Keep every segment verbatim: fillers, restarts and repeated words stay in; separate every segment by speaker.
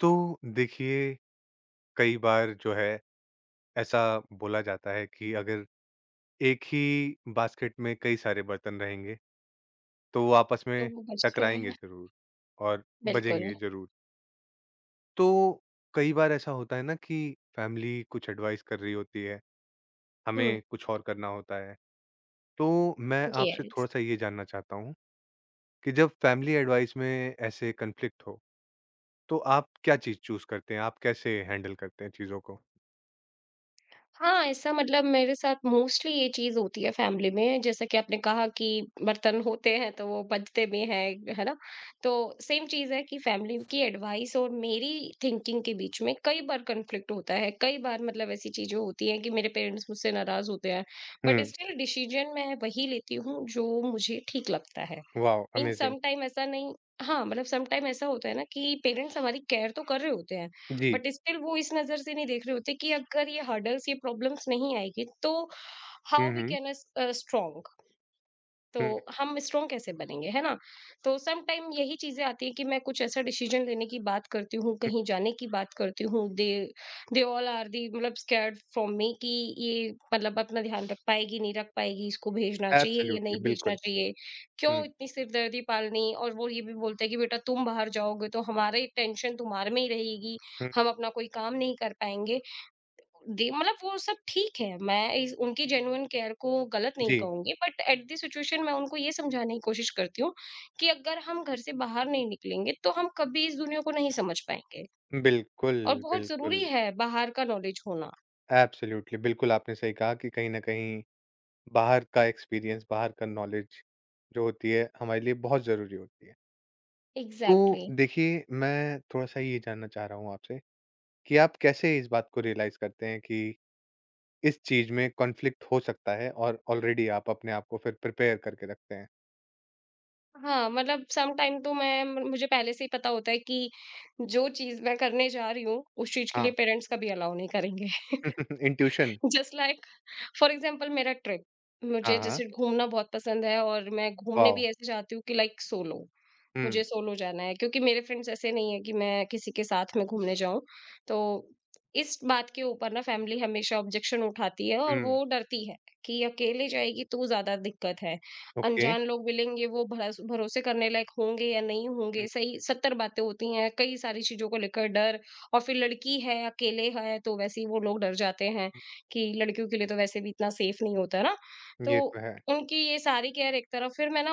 Speaker 1: तो देखिए, कई बार जो है ऐसा बोला जाता है कि अगर एक ही बास्केट में कई सारे बर्तन रहेंगे, तो वो आपस
Speaker 2: तो
Speaker 1: में
Speaker 2: वो बचते
Speaker 1: टकराएँगे
Speaker 2: हैं,
Speaker 1: ज़रूर और
Speaker 2: बिल्कुल।
Speaker 1: बजेंगे ज़रूर। तो कई बार ऐसा होता है ना कि फैमिली कुछ एडवाइस कर रही होती है,
Speaker 2: हुँ।
Speaker 1: हमें कुछ और करना होता है। तो मैं आपसे
Speaker 2: यस।
Speaker 1: थोड़ा-सा ये जानना चाहता हूँ कि जब फैमिली एडवाइस में ऐसे कॉन्फ्लिक्ट हो, तो आप क्या चीज़ चूज़ करते हैं? आप कैसे हैंडल करते हैं चीज़ों को?
Speaker 2: हाँ, ऐसा मतलब मेरे साथ मोस्टली ये चीज़ होती है फैमिली में, जैसा कि आपने कहा कि बर्तन होते हैं तो वो बचते भी हैं, है ना? तो सेम चीज़ है कि फैमिली की एडवाइस और मेरी थिंकिंग के बीच में कई बार कॉन्फ्लिक्ट होता है, कई बार मतलब ऐसी चीज़ें होती हैं कि मेरे पेरेंट्स मुझसे नाराज़ होते हैं, बट
Speaker 1: हुँ,
Speaker 2: स्टिल डिसीजन मैं वही लेती हूँ जो मुझे ठीक लगता है।
Speaker 1: Wow!
Speaker 2: Mean
Speaker 1: amazing.
Speaker 2: Some time ऐसा नहीं हाँ, मतलब सम टाइम ऐसा होता है ना कि पेरेंट्स हमारी केयर तो कर रहे होते हैं,
Speaker 1: जी।
Speaker 2: बट स्टिल वो इस नज़र से नहीं देख रहे होते कि अगर ये हर्डल्स, ये प्रॉब्लम्स नहीं आएगी, तो
Speaker 1: hmm,
Speaker 2: how we
Speaker 1: hmm.
Speaker 2: Can us uh, strong तो
Speaker 1: हुँ,
Speaker 2: हम स्ट्रांग कैसे बनेंगे, है ना? तो सम टाइम यही चीज़ें आती हैं कि मैं कुछ ऐसा डिसीजन लेने की बात करती हूँ,
Speaker 1: हुँ,
Speaker 2: कहीं जाने की बात करती हूँ, दे दे ऑल आर दी मतलब स्कैर्ड फ्रॉम मी कि ये मतलब अपना ध्यान रख पाएगी, नहीं रख पाएगी, इसको भेजना चाहिए या
Speaker 1: एब्सोल्युटली
Speaker 2: नहीं भेजना
Speaker 1: बिल्कुल।
Speaker 2: चाहिए, क्यों
Speaker 1: हुँ,
Speaker 2: इतनी सिरदर्दी पालनी? और वो ये भी बोलते हैं कि बेटा तुम बाहर जाओगे तो हमारी टेंशन तुम्हारे में ही रहेगी,
Speaker 1: हुँ,
Speaker 2: हम अपना कोई काम नहीं कर पाएँगे। दे मतलब वो सब ठीक है, मैं इस उनकी जेन्युइन केयर को गलत नहीं
Speaker 1: जी।
Speaker 2: कहूँगी बट एट द सिचुएशन मैं उनको ये समझाने की कोशिश करती हूँ कि अगर हम घर से बाहर नहीं निकलेंगे, तो हम कभी इस दुनिया को नहीं समझ पाएँगे
Speaker 1: बिल्कुल,
Speaker 2: और बहुत
Speaker 1: बिल्कुल।
Speaker 2: ज़रूरी है बाहर का नॉलेज होना।
Speaker 1: एब्सोल्युटली बिल्कुल, आपने सही कहा कि कहीं न कहीं बाहर का एक्सपीरियंस, बाहर का नॉलेज जो होती है, हमारे लिए बहुत ज़रूरी होती है। तो
Speaker 2: एग्ज़ैक्टली।
Speaker 1: देखिए, मैं थोड़ा-सा ये जानना चाह रहा हूँ आपसे कि आप कैसे इस बात को रियलाइज़ करते हैं कि इस चीज़ में कॉन्फ्लिक्ट हो सकता है और ऑलरेडी आप अपने आप को फिर प्रिपेयर करके रखते हैं?
Speaker 2: हाँ, मतलब सम टाइम तो मैं म मुझे पहले से ही पता होता है कि जो चीज़ मैं करने जा रही हूँ, उस चीज़ के लिए
Speaker 1: हाँ,
Speaker 2: पेरेंट्स कभी अलाउ नहीं करेंगे।
Speaker 1: Intuition.
Speaker 2: Just like for example मेरा ट्रिप,
Speaker 1: हाँ,
Speaker 2: मुझे
Speaker 1: हाँ।
Speaker 2: जैसे घूमना बहुत पसंद है और मैं घूमने
Speaker 1: वॉव!
Speaker 2: भी ऐसे जाती हूँ कि लाइक सोलो।
Speaker 1: हुँ,
Speaker 2: मुझे सोलो जाना है क्योंकि मेरे फ्रेंड्स ऐसे नहीं है कि मैं किसी के साथ में घूमने जाऊं। तो इस बात के ऊपर ना फैमिली हमेशा ऑब्जेक्शन उठाती है और वो
Speaker 1: हुँ,
Speaker 2: डरती है कि अकेले जाएगी तो ज्यादा दिक्कत है,
Speaker 1: ओके।
Speaker 2: अनजान लोग मिलेंगे, वो भरस- भरोसे करने लायक होंगे या नहीं होंगे,
Speaker 1: हुँ,
Speaker 2: सही सत्तर बातें होती हैं, कई सारी चीजों को लेकर डर। और फिर लड़की है अकेले है तो वैसे ही वो लोग डर जाते हैं कि लड़कियों के लिए तो वैसे भी इतना सेफ नहीं होता ना। तो
Speaker 1: ये तो है।
Speaker 2: उनकी ये सारी केयर एक तरफ, फिर मैं ना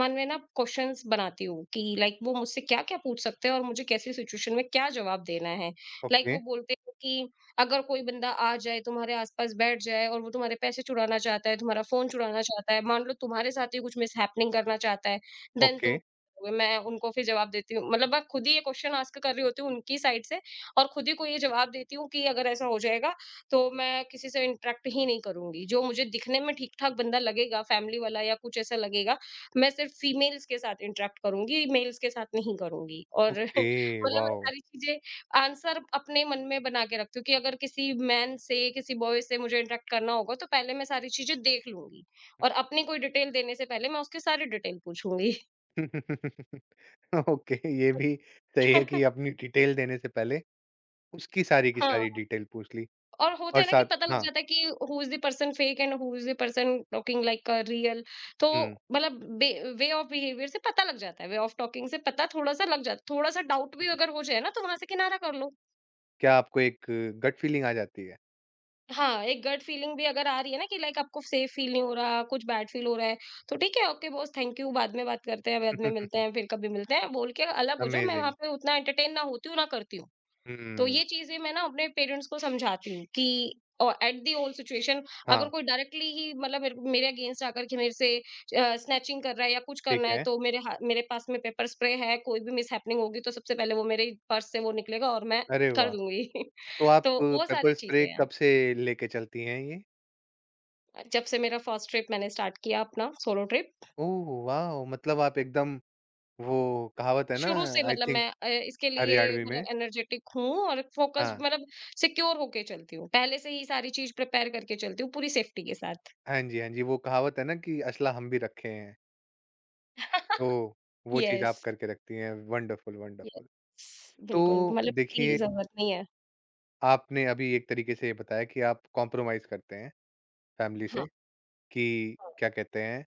Speaker 2: मन में ना क्वेश्चंस बनाती हूँ कि लाइक वो मुझसे क्या-क्या पूछ सकते हैं और मुझे कैसी सिचुएशन में क्या जवाब देना है। लाइक
Speaker 1: ओके,
Speaker 2: वो बोलते हैं कि अगर कोई बंदा आ जाए, तुम्हारे आस-पास बैठ जाए और वो तुम्हारे पैसे चुराना चाहता है, तुम्हारा फ़ोन चुराना चाहता है, मान लो तुम्हारे साथ ही कुछ मिसहैपनिंग करना चाहता है, देन
Speaker 1: ओके,
Speaker 2: तुम करोगे? मैं उनको फिर जवाब देती हूँ। मतलब मैं खुद ही ये क्वेश्चन आस्क कर रही होती हूँ उनकी साइड से और खुद ही को ये जवाब देती हूँ कि अगर ऐसा हो जाएगा, तो मैं किसी से इंटरेक्ट ही नहीं करूँगी। जो मुझे दिखने में ठीक-ठाक बंदा लगेगा, फैमिली वाला या कुछ ऐसा लगेगा, मैं सिर्फ फीमेल्स के साथ इंटरैक्ट करूँगी, मेल्स के साथ नहीं करूँगी और
Speaker 1: ओके,
Speaker 2: मतलब मैं
Speaker 1: वॉव!
Speaker 2: सारी चीज़ें आंसर अपने मन में बना के रखती हूँ कि अगर किसी मैन से, किसी बॉय से मुझे इंटरैक्ट करना होगा तो पहले मैं सारी चीज़ें देख लूँगी और अपनी कोई डिटेल देने से पहले मैं उसकी सारी डिटेल पूछूँगी।
Speaker 1: ओके, ये भी सही है कि अपनी डिटेल देने से पहले उसकी सारी की
Speaker 2: हाँ,
Speaker 1: सारी डिटेल पूछ ली
Speaker 2: और होता
Speaker 1: और
Speaker 2: है ना कि
Speaker 1: साथ
Speaker 2: पता लग
Speaker 1: हाँ,
Speaker 2: जाता है कि who is the person fake and who is the person talking like a real. तो
Speaker 1: हुँ,
Speaker 2: मतलब बे वे ऑफ बिहेवियर से पता लग जाता है, वे ऑफ टॉकिंग से पता थोड़ा-सा लग जाता है, थोड़ा-सा डाउट भी
Speaker 1: हुँ,
Speaker 2: अगर हो जाए ना तो वहाँ से किनारा कर लो।
Speaker 1: क्या आपको एक गट फीलिंग आ जाती है?
Speaker 2: हाँ, एक गट फीलिंग भी अगर आ रही है ना कि लाइक आपको सेफ फील नहीं हो रहा, कुछ बैड फील हो रहा है, तो ठीक है, ओके बॉस थैंक यू, बाद में बात करते हैं, बाद में मिलते हैं, फिर कभी मिलते हैं, बोल के अलग हो जाओ, मैं वहाँ
Speaker 1: अमेज़िंग,
Speaker 2: पे उतना एंटरटेन ना होती हूँ, ना करती हूँ। तो
Speaker 1: हुँ,
Speaker 2: ये चीज़ें मैं ना अपने पेरेंट्स को समझाती हूँ कि औ एट दी होल सिचुएशन अगर
Speaker 1: हाँ,
Speaker 2: कोई डायरेक्टली ही मतलब मेरे मेरे अगेंस्ट आकर के मेरे से अ, स्नैचिंग कर रहा है या कुछ करना
Speaker 1: ठीक
Speaker 2: है,
Speaker 1: है।
Speaker 2: तो मेरे हा मेरे पास में पेपर स्प्रे है, कोई भी मिसहैपनिंग होगी, तो सबसे पहले वो मेरे पर्स से वो निकलेगा और मैं
Speaker 1: अरे
Speaker 2: कर
Speaker 1: वाह!
Speaker 2: दूँगी।
Speaker 1: तो आप
Speaker 2: तो वो
Speaker 1: पेपर
Speaker 2: सारी
Speaker 1: स्प्रे
Speaker 2: चीज़ें हैं।
Speaker 1: कब से लेके चलती हैं ये?
Speaker 2: जब से मेरा फर्स्ट ट्रिप मैंने स्टार्ट किया अपना सोलो ट्रिप,
Speaker 1: ओह, वॉव! मतलब आप एकदम वो कहावत है ना
Speaker 2: शुरू से
Speaker 1: आई
Speaker 2: मतलब मैं
Speaker 1: थिंक
Speaker 2: अ, इसके लिए
Speaker 1: हरियाणवी में
Speaker 2: मतलब एनर्जेटिक हूँ और फोकस्ड
Speaker 1: हाँ।
Speaker 2: मतलब सिक्योर होके चलती हूँ। पहले से ही सारी चीज़ प्रिपेयर करके चलती हूँ पूरी सेफ्टी के साथ।
Speaker 1: हाँ जी, हाँ जी, वो कहावत है ना कि असला हम भी रखे हैं, तो वो चीज़ आप
Speaker 2: यस,
Speaker 1: करके रखती हैं, वंडरफुल, वंडरफुल।
Speaker 2: यस,
Speaker 1: तो
Speaker 2: बिल्कुल मतलब की
Speaker 1: देखिए,
Speaker 2: ज़रूरत नहीं है।
Speaker 1: आपने अभी एक तरीके से ये बताया कि आप कॉम्प्रोमाइज़ करते हैं फैमिली
Speaker 2: हाँ,
Speaker 1: से कि
Speaker 2: हाँ।
Speaker 1: क्या कहते हैं,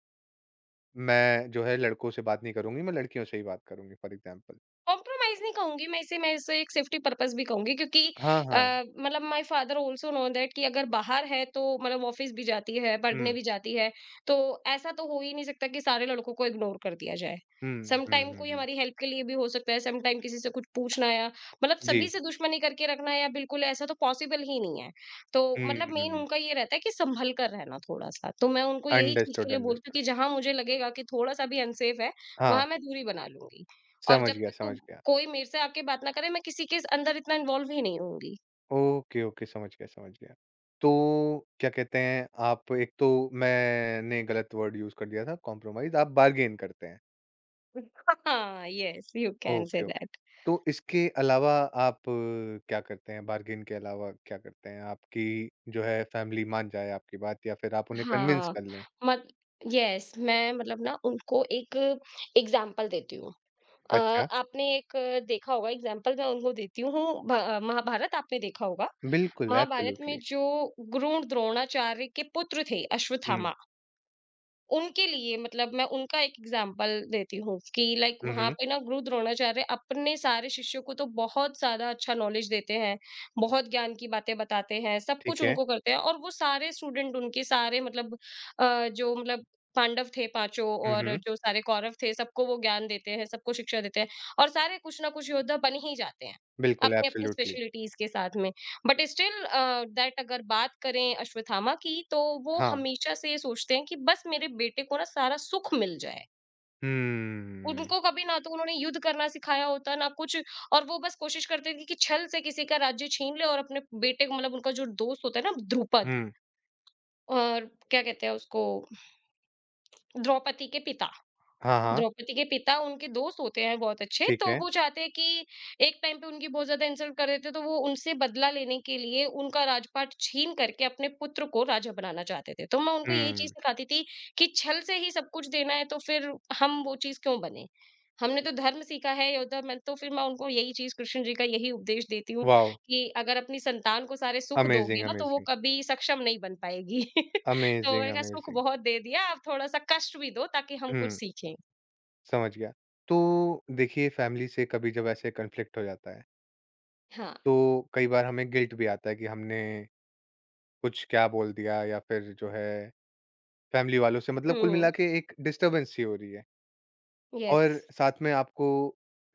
Speaker 1: मैं जो है लड़कों से बात नहीं करूँगी, मैं लड़कियों से ही बात करूँगी फॉर एग्ज़ाम्पल।
Speaker 2: कॉम्प्रोमाइज़ नहीं कहूँगी मैं इसे, मैं इसे एक सेफ्टी पर्पस भी कहूँगी क्योंकि
Speaker 1: हाँ,
Speaker 2: अ,
Speaker 1: हाँ।
Speaker 2: मतलब my father also know that कि अगर बाहर है तो मतलब ऑफिस भी जाती है, पढ़ने
Speaker 1: हुँ,
Speaker 2: भी जाती है, तो ऐसा तो हो ही नहीं सकता कि सारे लड़कों को इग्नोर कर दिया जाए।
Speaker 1: हुँ,
Speaker 2: सम
Speaker 1: हुँ,
Speaker 2: टाइम
Speaker 1: हुँ,
Speaker 2: कोई
Speaker 1: हुँ।
Speaker 2: हमारी हेल्प के लिए भी हो सकता है, सम टाइम किसी से कुछ पूछना या मतलब
Speaker 1: जी।
Speaker 2: सभी से दुश्मनी करके रखना या बिल्कुल ऐसा तो पॉसिबल ही नहीं है। तो
Speaker 1: हुँ,
Speaker 2: मतलब मेन
Speaker 1: हुँ,
Speaker 2: उनका ये रहता है कि सँभल कर रहना थोड़ा-सा, तो मैं उनको यही चीज़
Speaker 1: अंडरस्टूड,
Speaker 2: के लिए बोलती हूँ
Speaker 1: अंडरस्टूड।
Speaker 2: कि जहाँ मुझे लगेगा कि थोड़ा-सा भी अनसेफ है,
Speaker 1: हाँ,
Speaker 2: वहाँ मैं दूरी बना लूँगी। और
Speaker 1: समझ
Speaker 2: जब
Speaker 1: गया,
Speaker 2: तक
Speaker 1: समझ
Speaker 2: वो-
Speaker 1: गया।
Speaker 2: कोई मेरे से आके बात ना करे, मैं किसी के अंदर इतना इन्वॉल्व ही नहीं होऊँगी।
Speaker 1: ओके, ओके, समझ गया, समझ गया। तो क्या कहते हैं, आप एक तो मैंने गलत वर्ड यूज़ कर दिया था कॉम्प्रोमाइज़, आप बार्गेन करते हैं।
Speaker 2: हाँ, yes you can say
Speaker 1: okay, okay.
Speaker 2: That.
Speaker 1: तो इसके अलावा आप अ, क्या करते हैं? बार्गेन के अलावा क्या करते हैं? आपकी जो है फैमिली मान जाए आपकी बात या फिर आप उन्हें कन्विंस
Speaker 2: हाँ,
Speaker 1: कर लें?
Speaker 2: मत यस मैं मतलब ना उनको एक एग्ज़ाम्पल देती हूँ। अ,
Speaker 1: अच्छा,
Speaker 2: आपने एक देखा होगा, एग्ज़ाम्पल मैं उनको देती हूँ, भ महाभारत आपने देखा होगा।
Speaker 1: बिल्कुल,
Speaker 2: महाभारत में
Speaker 1: एब्सोल्यूटली।
Speaker 2: जो गुरु द्रोणाचार्य के पुत्र थे
Speaker 1: हुँ,
Speaker 2: अश्वत्थामा, उनके लिए मतलब मैं उनका एक एग्जाम्पल देती हूँ कि लाइक
Speaker 1: हुँ,
Speaker 2: वहाँ
Speaker 1: हुँ,
Speaker 2: पे ना गुरु द्रोणाचार्य अपने सारे शिष्यों को तो बहुत ज़्यादा अच्छा नॉलेज देते हैं, बहुत ज्ञान की बातें बताते हैं, सब कुछ
Speaker 1: ठीक है।
Speaker 2: उनको करते हैं और वो सारे स्टूडेंट उनके सारे मतलब अ, जो मतलब पांडव थे पाँचों
Speaker 1: हुँ,
Speaker 2: और
Speaker 1: हुँ,
Speaker 2: जो सारे कौरव थे सबको वो ज्ञान देते हैं, सबको शिक्षा देते हैं और सारे कुछ ना कुछ योद्धा बन ही जाते हैं,
Speaker 1: बिल्कुल,
Speaker 2: अपनी-अपनी
Speaker 1: एब्सोल्यूटली।
Speaker 2: स्पेशलिटीज़ के साथ में। बट स्टिल दैट अगर बात करें अश्वत्थामा की तो वो
Speaker 1: हाँ।
Speaker 2: हमेशा से ये सोचते हैं कि बस मेरे बेटे को ना सारा सुख मिल जाए,
Speaker 1: हम्म,
Speaker 2: उनको कभी ना तो उन्होंने युद्ध करना सिखाया होता ना कुछ। और वो बस कोशिश करते थे कि छल से किसी का राज्य छीन ले और अपने बेटे को, मतलब उनका जो दोस्त होता है ना द्रुपद,
Speaker 1: हुँ,
Speaker 2: और क्या कहते हैं उसको, द्रौपदी के पिता,
Speaker 1: हाँ, हाँ,
Speaker 2: द्रौपदी के पिता उनके दोस्त होते हैं बहुत अच्छे,
Speaker 1: ठीक
Speaker 2: तो
Speaker 1: है।
Speaker 2: वो चाहते हैं कि एक टाइम पे उनकी बहुत ज़्यादा इंसल्ट कर रहे थे, तो वो उनसे बदला लेने के लिए उनका राजपाट छीन करके अपने पुत्र को राजा बनाना चाहते थे। तो मैं उनको यही चीज़
Speaker 1: हुँ,
Speaker 2: सिखाती थी कि छल से ही सब कुछ देना है, तो फिर हम वो चीज़ क्यों बनें? हमने तो धर्म सीखा है योद्धा में, तो फिर मैं उनको यही चीज़ कृष्ण जी का यही उपदेश देती हूँ
Speaker 1: वॉव!
Speaker 2: कि अगर अपनी संतान को सारे सुख
Speaker 1: अमेज़िंग,
Speaker 2: दोगे ना, तो वो
Speaker 1: अमेज़िंग,
Speaker 2: कभी सक्षम नहीं बन पाएगी। तो
Speaker 1: अमेज़िंग,
Speaker 2: मैंने कहा सुख
Speaker 1: अमेज़िंग।
Speaker 2: बहुत दे दिया, अब थोड़ा-सा कष्ट भी दो ताकि हम कुछ
Speaker 1: हुँ,
Speaker 2: सीखें।
Speaker 1: समझ गया। तो देखिए फैमिली से कभी जब ऐसे कॉन्फ्लिक्ट हो जाता है,
Speaker 2: हाँ,
Speaker 1: तो कई बार हमें गिल्ट भी आता है कि हमने कुछ क्या बोल दिया या फिर जो है फैमिली वालों से मतलब कुल
Speaker 2: हुँ,
Speaker 1: मिला के एक डिस्टर्बेंस सी हो रही है
Speaker 2: यस
Speaker 1: और साथ में आपको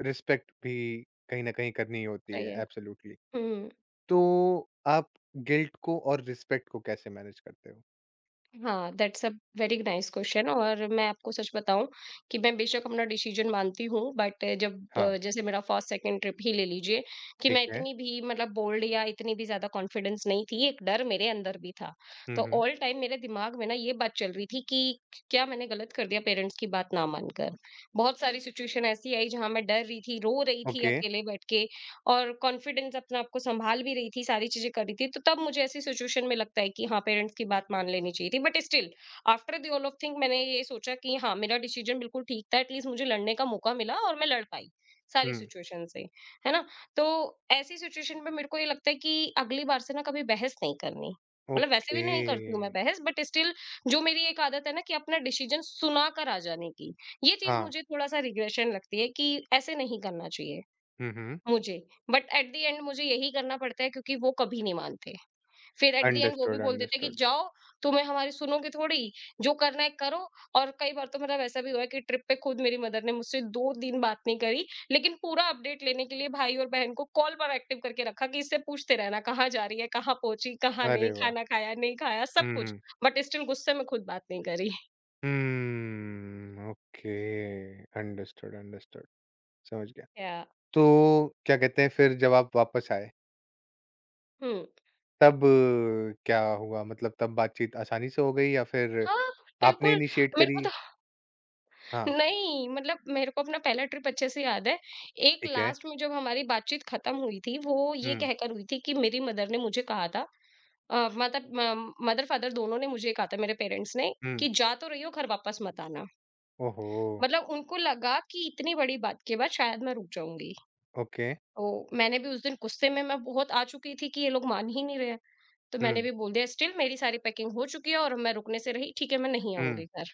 Speaker 1: रिस्पेक्ट भी कहीं न कहीं करनी ही होती
Speaker 2: सही
Speaker 1: है
Speaker 2: है।
Speaker 1: एब्सोल्यूटली।
Speaker 2: हुँ,
Speaker 1: तो आप गिल्ट को और रिस्पेक्ट को कैसे मैनेज करते हो?
Speaker 2: हाँ, that's a very nice question और मैं आपको सच बताऊँ कि मैं बेशक अपना डिसीजन मानती हूँ बट जब
Speaker 1: हाँ,
Speaker 2: अ, जैसे मेरा फर्स्ट सेकंड ट्रिप ही ले लीजिए, कि मैं
Speaker 1: ठीक है।
Speaker 2: इतनी भी मतलब बोल्ड या इतनी भी ज़्यादा कॉन्फिडेंस नहीं थी, एक डर मेरे अंदर भी था।
Speaker 1: हुँ,
Speaker 2: तो
Speaker 1: हुँ।
Speaker 2: ऑल टाइम मेरे दिमाग में ना ये बात चल रही थी कि क्या मैंने गलत कर दिया पेरेंट्स की बात ना मानकर? बहुत सारी सिचुएशन ऐसी आई जहाँ मैं डर रही थी, रो रही थी
Speaker 1: ओके।
Speaker 2: अकेले बैठ के और कॉन्फिडेंस अपना आप को संभाल भी रही थी, सारी चीज़ें कर रही थी, तो तब मुझे ऐसी सिचुएशन में लगता है कि हाँ, पेरेंट्स की बात मान लेनी चाहिए थी। But still after the all of thing मैंने ये सोचा कि हाँ, मेरा डिसीजन बिल्कुल ठीक था, एटलीस्ट मुझे लड़ने का मौका मिला और मैं लड़ पाई, सारी
Speaker 1: हुँ,
Speaker 2: सिचुएशन से, है ना? तो ऐसी सिचुएशन में मेरे को ये लगता है कि अगली बार से ना कभी बहस नहीं करनी। मतलब वैसे
Speaker 1: ओके।
Speaker 2: भी नहीं करती हूँ मैं बहस, बट स्टिल जो मेरी एक आदत है ना कि अपना डिसीजन सुना कर आ जाने की, ये चीज़
Speaker 1: हाँ।
Speaker 2: मुझे थोड़ा-सा रिग्रेशन लगती है कि ऐसे नहीं करना चाहिए।
Speaker 1: हुँ, हुँ।
Speaker 2: मुझे, बट एट द एंड मुझे यही करना पड़ता है क्योंकि वो कभी नहीं मानते। फिर एट द एंड वो भी
Speaker 1: अंडरस्टूड,
Speaker 2: बोल देते हैं कि
Speaker 1: अंडरस्टूड।
Speaker 2: जाओ, तुम्हें हमारी सुनोगे थोड़ी, जो करना है करो। और कई बार तो मतलब ऐसा भी हुआ है कि ट्रिप पे खुद मेरी मदर ने मुझसे दो दिन बात नहीं करी, लेकिन पूरा अपडेट लेने के लिए भाई और बहन को कॉल पर एक्टिव करके रखा कि इससे पूछते रहना कहाँ जा रही है, कहाँ पहुँची, कहाँ नहीं,
Speaker 1: अरे वाह!
Speaker 2: खाना खाया, नहीं खाया, सब
Speaker 1: हुँ,
Speaker 2: कुछ।
Speaker 1: हुँ।
Speaker 2: बट स्टिल गुस्से में खुद बात नहीं करी।
Speaker 1: Hmm, okay. Understood, understood. समझ गया।
Speaker 2: या।
Speaker 1: तो क्या कहते हैं फिर जब आप वापस आए,
Speaker 2: हुँ।
Speaker 1: तब अ, क्या हुआ? मतलब तब बातचीत आसानी से हो गई या फिर
Speaker 2: हाँ,
Speaker 1: आपने
Speaker 2: बिल्कुल।
Speaker 1: इनिशिएट
Speaker 2: मेरे को
Speaker 1: करी?
Speaker 2: तो।
Speaker 1: हाँ,
Speaker 2: नहीं, मतलब मेरे को अपना पहला ट्रिप अच्छे से याद है। एक
Speaker 1: ठीक है।
Speaker 2: लास्ट में जब हमारी बातचीत खत्म हुई थी, वो ये
Speaker 1: हुँ,
Speaker 2: कहकर हुई थी कि मेरी मदर ने मुझे कहा था। अ, मतलब म मदर-फादर दोनों ने मुझे ये कहा था, मेरे पेरेंट्स ने,
Speaker 1: हुँ।
Speaker 2: कि जा तो रही हो घर वापस मत आना।
Speaker 1: ओहो!
Speaker 2: मतलब उनको लगा कि इतनी बड़ी बात के बाद शायद मैं रुक जाऊँगी।
Speaker 1: ओके।
Speaker 2: तो मैंने भी उस दिन गुस्से में मैं बहुत आ चुकी थी कि ये लोग मान ही नहीं रहे हैं। तो मैंने
Speaker 1: हुँ,
Speaker 2: भी बोल दिया, स्टिल मेरी सारी पैकिंग हो चुकी है और मैं रुकने से रही, ठीक है मैं नहीं
Speaker 1: हुँ,
Speaker 2: आऊँगी घर।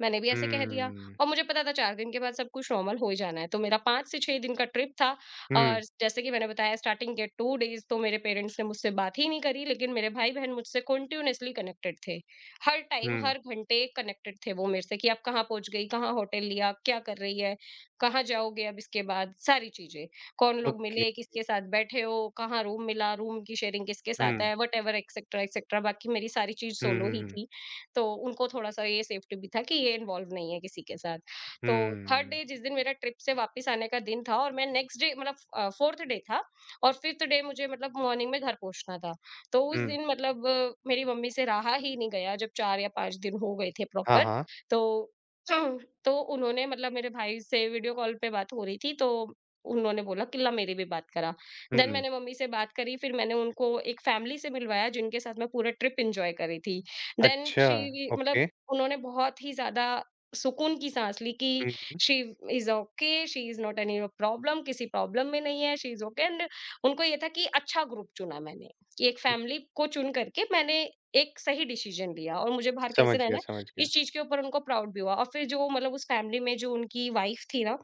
Speaker 2: मैंने भी ऐसे कह दिया।
Speaker 1: हुँ।
Speaker 2: और मुझे पता था चार दिन के बाद सब कुछ नॉर्मल हो ही जाना है। तो मेरा पाँच से छह दिन का ट्रिप था,
Speaker 1: हुँ,
Speaker 2: और जैसे कि मैंने बताया, स्टार्टिंग के टू डेज़ तो मेरे पेरेंट्स ने मुझसे बात ही नहीं करी, लेकिन मेरे भाई-बहन मुझसे कंटीन्यूअसली कनेक्टेड थे। हर टाइम,
Speaker 1: हुँ।
Speaker 2: हर घंटे कनेक्टेड थे वो मेरे से कि आप कहाँ पहुँच गई, कहाँ होटल लिया, क्या कर रही है, कहाँ जाओगे अब इसके बाद, सारी चीज़ें। कौन लोग
Speaker 1: ओके।
Speaker 2: मिले, किसके साथ बैठे हो, कहाँ रूम मिला, रूम की शेयरिंग किसके साथ
Speaker 1: हुँ,
Speaker 2: है, व्हाटएवर एक्सेट्रा एक्सेट्रा। बाकी मेरी सारी चीज़
Speaker 1: हुँ,
Speaker 2: सोलो
Speaker 1: हुँ,
Speaker 2: ही
Speaker 1: हुँ।
Speaker 2: थी। तो उनको थोड़ा-सा ये सेफ्टी भी था कि ये इन्वॉल्व नहीं है किसी के साथ। तो थर्ड
Speaker 1: हुँ,
Speaker 2: डे जिस दिन मेरा ट्रिप से वापस आने का दिन था, और मैं नेक्स्ट डे, मतलब अ, फोर्थ डे था, और फिफ्थ डे मुझे, मतलब मॉर्निंग में घर पहुँचना था। तो उस
Speaker 1: हुँ।
Speaker 2: दिन, मतलब अ, मेरी मम्मी से रहा ही नहीं गया जब चार या पाँच दिन हो गए थे
Speaker 1: हाँ,
Speaker 2: प्रॉपर।
Speaker 1: हाँ।
Speaker 2: तो तो उन्होंने, मतलब मेरे भाई से वीडियो कॉल पे बात हो रही थी, तो उन्होंने बोला कि ला मेरी भी बात करा। Then
Speaker 1: hmm.
Speaker 2: मैंने मम्मी से बात करी, फिर मैंने उनको एक फैमिली से मिलवाया जिनके साथ मैं पूरा ट्रिप एन्जॉय करी थी। देन
Speaker 1: अच्छा,
Speaker 2: शी, मतलब
Speaker 1: ओके।
Speaker 2: उन्होंने बहुत ही ज़्यादा सुकून की साँस ली कि
Speaker 1: hmm, hmm,
Speaker 2: she is okay, she is not any problem, किसी प्रॉब्लम में नहीं है, शी इज़ ओके। एंड उनको ये था कि अच्छा ग्रुप चुना मैंने, कि एक
Speaker 1: हुँ।
Speaker 2: फैमिली को चुन करके मैंने एक सही डिसीज़न लिया और मुझे बाहर
Speaker 1: समझ
Speaker 2: कैसे रहना
Speaker 1: गया,
Speaker 2: है,
Speaker 1: समझ गया।
Speaker 2: इस चीज़ के ऊपर उनको प्राउड भी हुआ। और फिर जो, मतलब उस फैमिली में जो उनकी वाइफ़ थी ना,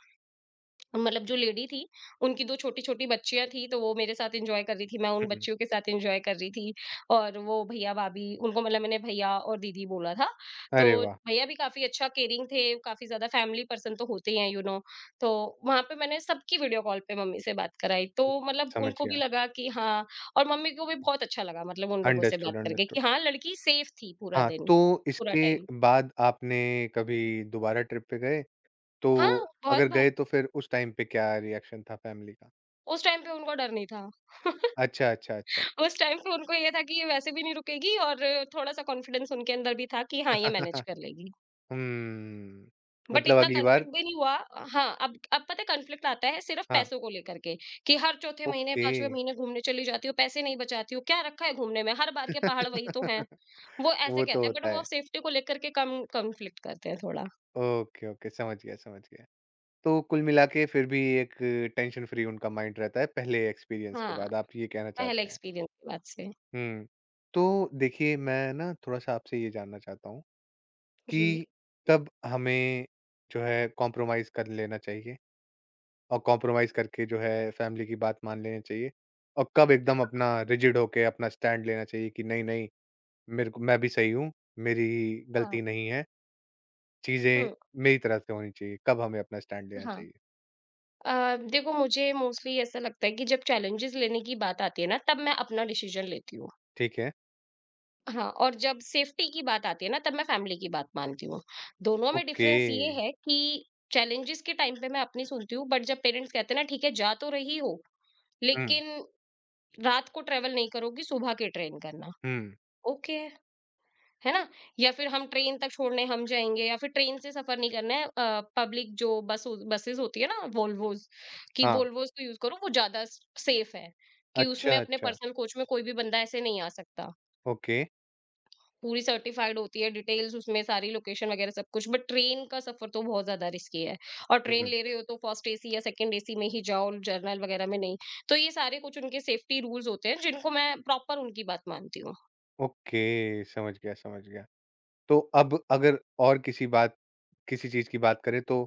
Speaker 2: मतलब जो लेडी थी, उनकी दो छोटी-छोटी बच्चियाँ थी, तो वो मेरे साथ एन्जॉय कर रही थी, मैं उन
Speaker 1: हुँ,
Speaker 2: बच्चियों के साथ एन्जॉय कर रही थी। और वो भैया-भाभी, उनको मतलब मैंने भैया और दीदी बोला था। तो
Speaker 1: अरे वाह!
Speaker 2: भैया भी काफ़ी अच्छा केयरिंग थे, काफ़ी ज़्यादा फैमिली पर्सन तो होते ही हैं यू नो। तो वहाँ पे मैंने सबकी वीडियो कॉल पे मम्मी से बात कराई, तो मतलब
Speaker 1: समझ
Speaker 2: उनको भी
Speaker 1: गया।
Speaker 2: लगा कि हाँ। और मम्मी को भी बहुत अच्छा लगा, मतलब उन लोगों से बात
Speaker 1: अंडरस्टूड,
Speaker 2: करके
Speaker 1: अंडरस्टूड।
Speaker 2: कि हाँ, लड़की सेफ थी पूरा
Speaker 1: हाँ,
Speaker 2: दिन,
Speaker 1: तो
Speaker 2: पूरा
Speaker 1: इसके
Speaker 2: टाइम।
Speaker 1: बाद आपने कभी दोबारा ट्रिप पे गए?
Speaker 2: हाँ,
Speaker 1: तो
Speaker 2: बहुत
Speaker 1: अगर
Speaker 2: बार।
Speaker 1: गए तो फिर उस टाइम पे क्या रिएक्शन था फैमिली का?
Speaker 2: उस टाइम पे उनको डर नहीं था।
Speaker 1: अच्छा, अच्छा, अच्छा।
Speaker 2: उस टाइम पे उनको ये था कि ये वैसे भी नहीं रुकेगी, और थोड़ा-सा कॉन्फिडेंस उनके अंदर भी था कि हाँ, ये मैनेज कर लेगी।
Speaker 1: हम्म,
Speaker 2: बट
Speaker 1: मतलब
Speaker 2: इतना
Speaker 1: अगली बार
Speaker 2: कॉन्फ्लिक्ट भी नहीं हुआ। हाँ, अब अब पता है कॉन्फ्लिक्ट आता है सिर्फ
Speaker 1: हाँ,
Speaker 2: पैसों को लेकर के, कि हर चौथे महीने,
Speaker 1: ओके।
Speaker 2: पाँचवें महीने घूमने चली जाती हो, पैसे नहीं बचाती हो, क्या रखा है घूमने में? हर बार के पहाड़ वही तो हैं। वो ऐसे
Speaker 1: वो तो
Speaker 2: कहते हैं,
Speaker 1: होता
Speaker 2: बट वो
Speaker 1: है।
Speaker 2: सेफ्टी को लेकर के कम कॉन्फ्लिक्ट करते हैं थोड़ा।
Speaker 1: ओके, ओके, समझ गया, समझ गया। तो कुल मिला के फिर भी एक टेंशन फ्री उनका माइंड रहता है पहले एक्सपीरियंस के
Speaker 2: हाँ,
Speaker 1: बाद, आप ये कहना
Speaker 2: पहले
Speaker 1: चाहते हैं?
Speaker 2: एक्सपीरियंस के बाद से।
Speaker 1: हुँ। तो देखिए मैं ना थोड़ा-सा आपसे ये जानना चाहता हूँ
Speaker 2: जी।
Speaker 1: कि कब हमें जो है कॉम्प्रोमाइज़ कर लेना चाहिए और कॉम्प्रोमाइज़ करके जो है फैमिली की बात मान लेनी चाहिए? और कब एकदम अपना रिजिड होके अपना स्टैंड लेना चाहिए कि नहीं-नहीं मेरे को मैं भी सही हूँ, मेरी
Speaker 2: हाँ।
Speaker 1: गलती नहीं है, चीज़ें
Speaker 2: हुँ,
Speaker 1: मेरी तरफ से होनी चाहिए, कब हमें अपना स्टैंड लेना
Speaker 2: हाँ।
Speaker 1: चाहिए?
Speaker 2: अ, देखो, मुझे मोस्टली ऐसा लगता है कि जब चैलेंजेस लेने की बात आती है ना, तब मैं अपना डिसीजन लेती हूँ।
Speaker 1: ठीक है,
Speaker 2: हाँ, और जब सेफ्टी की बात आती है ना, तब मैं फैमिली की बात मानती हूँ। दोनों में
Speaker 1: ओके।
Speaker 2: डिफरेंस ये है कि चैलेंजेस के टाइम पे मैं अपनी सुनती हूँ, बट जब पेरेंट्स कहते हैं ना, ठीक है जा तो रही हो
Speaker 1: हुँ,
Speaker 2: लेकिन रात को ट्रेवल नहीं करोगी, सुबह के ट्रेन करना,
Speaker 1: हुँ,
Speaker 2: ओके। है ना? या फिर हम ट्रेन तक छोड़ने हम जाएँगे, या फिर ट्रेन से सफ़र नहीं करना है, अ, पब्लिक जो बस हो, बसेज़ होती है ना वोल्वोज़, कि
Speaker 1: हाँ।
Speaker 2: वोल्वोज़ को यूज़ करो वो ज़्यादा स सेफ़ है, कि उसमें
Speaker 1: अच्छा,
Speaker 2: अपने
Speaker 1: अच्छा,
Speaker 2: पर्सनल कोच में कोई भी बंदा ऐसे नहीं आ सकता।
Speaker 1: ओके।
Speaker 2: पूरी सर्टिफ़ाइड होती है, डिटेल्स उसमें सारी, लोकेशन वग़ैरह सब कुछ। बट ट्रेन का सफ़र तो बहुत ज़्यादा रिस्की है, और ट्रेन
Speaker 1: हुँ,
Speaker 2: ले रहे हो तो फर्स्ट एसी या सेकंड एसी में ही जाओ, जर्नल वग़ैरह में नहीं। तो ये सारे कुछ उनके सेफ्टी रूल्स होते हैं जिनको मैं प्रॉपर उनकी बात मानती हूँ।
Speaker 1: ओके, समझ गया, समझ गया। तो अब अगर और किसी बात किसी चीज़ की बात करें तो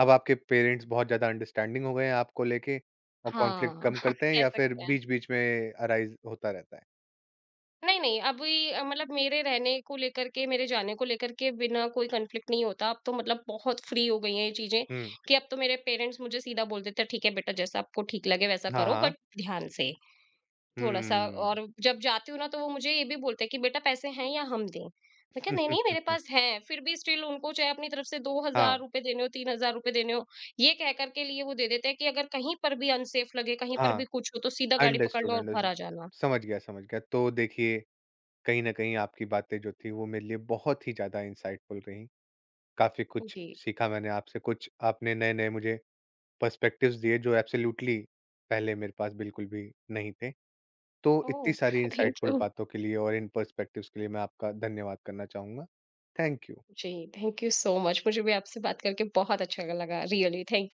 Speaker 1: अब आपके पेरेंट्स बहुत ज़्यादा अंडरस्टैंडिंग हो गए हैं आपको लेके और कॉन्फ्लिक्ट
Speaker 2: हाँ,
Speaker 1: कम करते हैं
Speaker 2: कह
Speaker 1: या फिर
Speaker 2: सकते हैं।
Speaker 1: बीच-बीच में अराइज़ होता रहता है?
Speaker 2: नहीं, नहीं, अभी अ, मतलब मेरे रहने को लेकर के, मेरे जाने को लेकर के बिना कोई कॉन्फ्लिक्ट नहीं होता। अब तो मतलब बहुत फ्री हो गई हैं ये चीज़ें,
Speaker 1: हुँ।
Speaker 2: कि अब तो मेरे पेरेंट्स मुझे सीधा बोल देते हैं, "ठीक है बेटा, जैसा आपको ठीक लगे वैसा
Speaker 1: हाँ,
Speaker 2: करो,
Speaker 1: हाँ।
Speaker 2: बट ध्यान से थोड़ा-सा।"
Speaker 1: हुँ।
Speaker 2: और जब जाती हूँ ना, तो वो मुझे ये भी बोलते हैं कि, "बेटा, पैसे हैं या हम दें?" मैं कहा, "नहीं, नहीं, मेरे पास हैं।" फिर भी स्टिल उनको चाहे अपनी तरफ से
Speaker 1: हाँ,
Speaker 2: दो हज़ार रुपए देने हो, तीन हज़ार रुपए देने हो, ये कह कर के लिए वो दे देते हैं कि अगर कहीं पर भी अनसेफ लगे, कहीं पर
Speaker 1: हाँ।
Speaker 2: भी कुछ हो, तो सीधा गाड़ी पकड़
Speaker 1: अंडरस्टूड,
Speaker 2: लो और घर
Speaker 1: अंडरस्टूड।
Speaker 2: आ जाना।
Speaker 1: समझ गया, समझ गया। तो देखिए, कहीं न कहीं आपकी बातें जो थी वो मेरे लिए बहुत ही ज़्यादा इनसाइटफुल रहीं। काफ़ी कुछ
Speaker 2: जी।
Speaker 1: सीखा मैंने आपसे, कुछ आपने नए-नए मुझे पर्सपेक्टिव्स दिए जो एब्सोल्यूटली पहले मेरे पास बिल्कुल भी नहीं थे। तो इतनी
Speaker 2: ओह!
Speaker 1: सारी
Speaker 2: थैंक
Speaker 1: इनसाइटफुल
Speaker 2: यू।
Speaker 1: बातों के लिए और इन पर्सपेक्टिव्स के लिए मैं आपका धन्यवाद करना चाहूँगा। Thank you.
Speaker 2: जी, थैंक यू सो मच, मुझे भी आपसे बात करके बहुत अच्छा लगा, रियली थैंक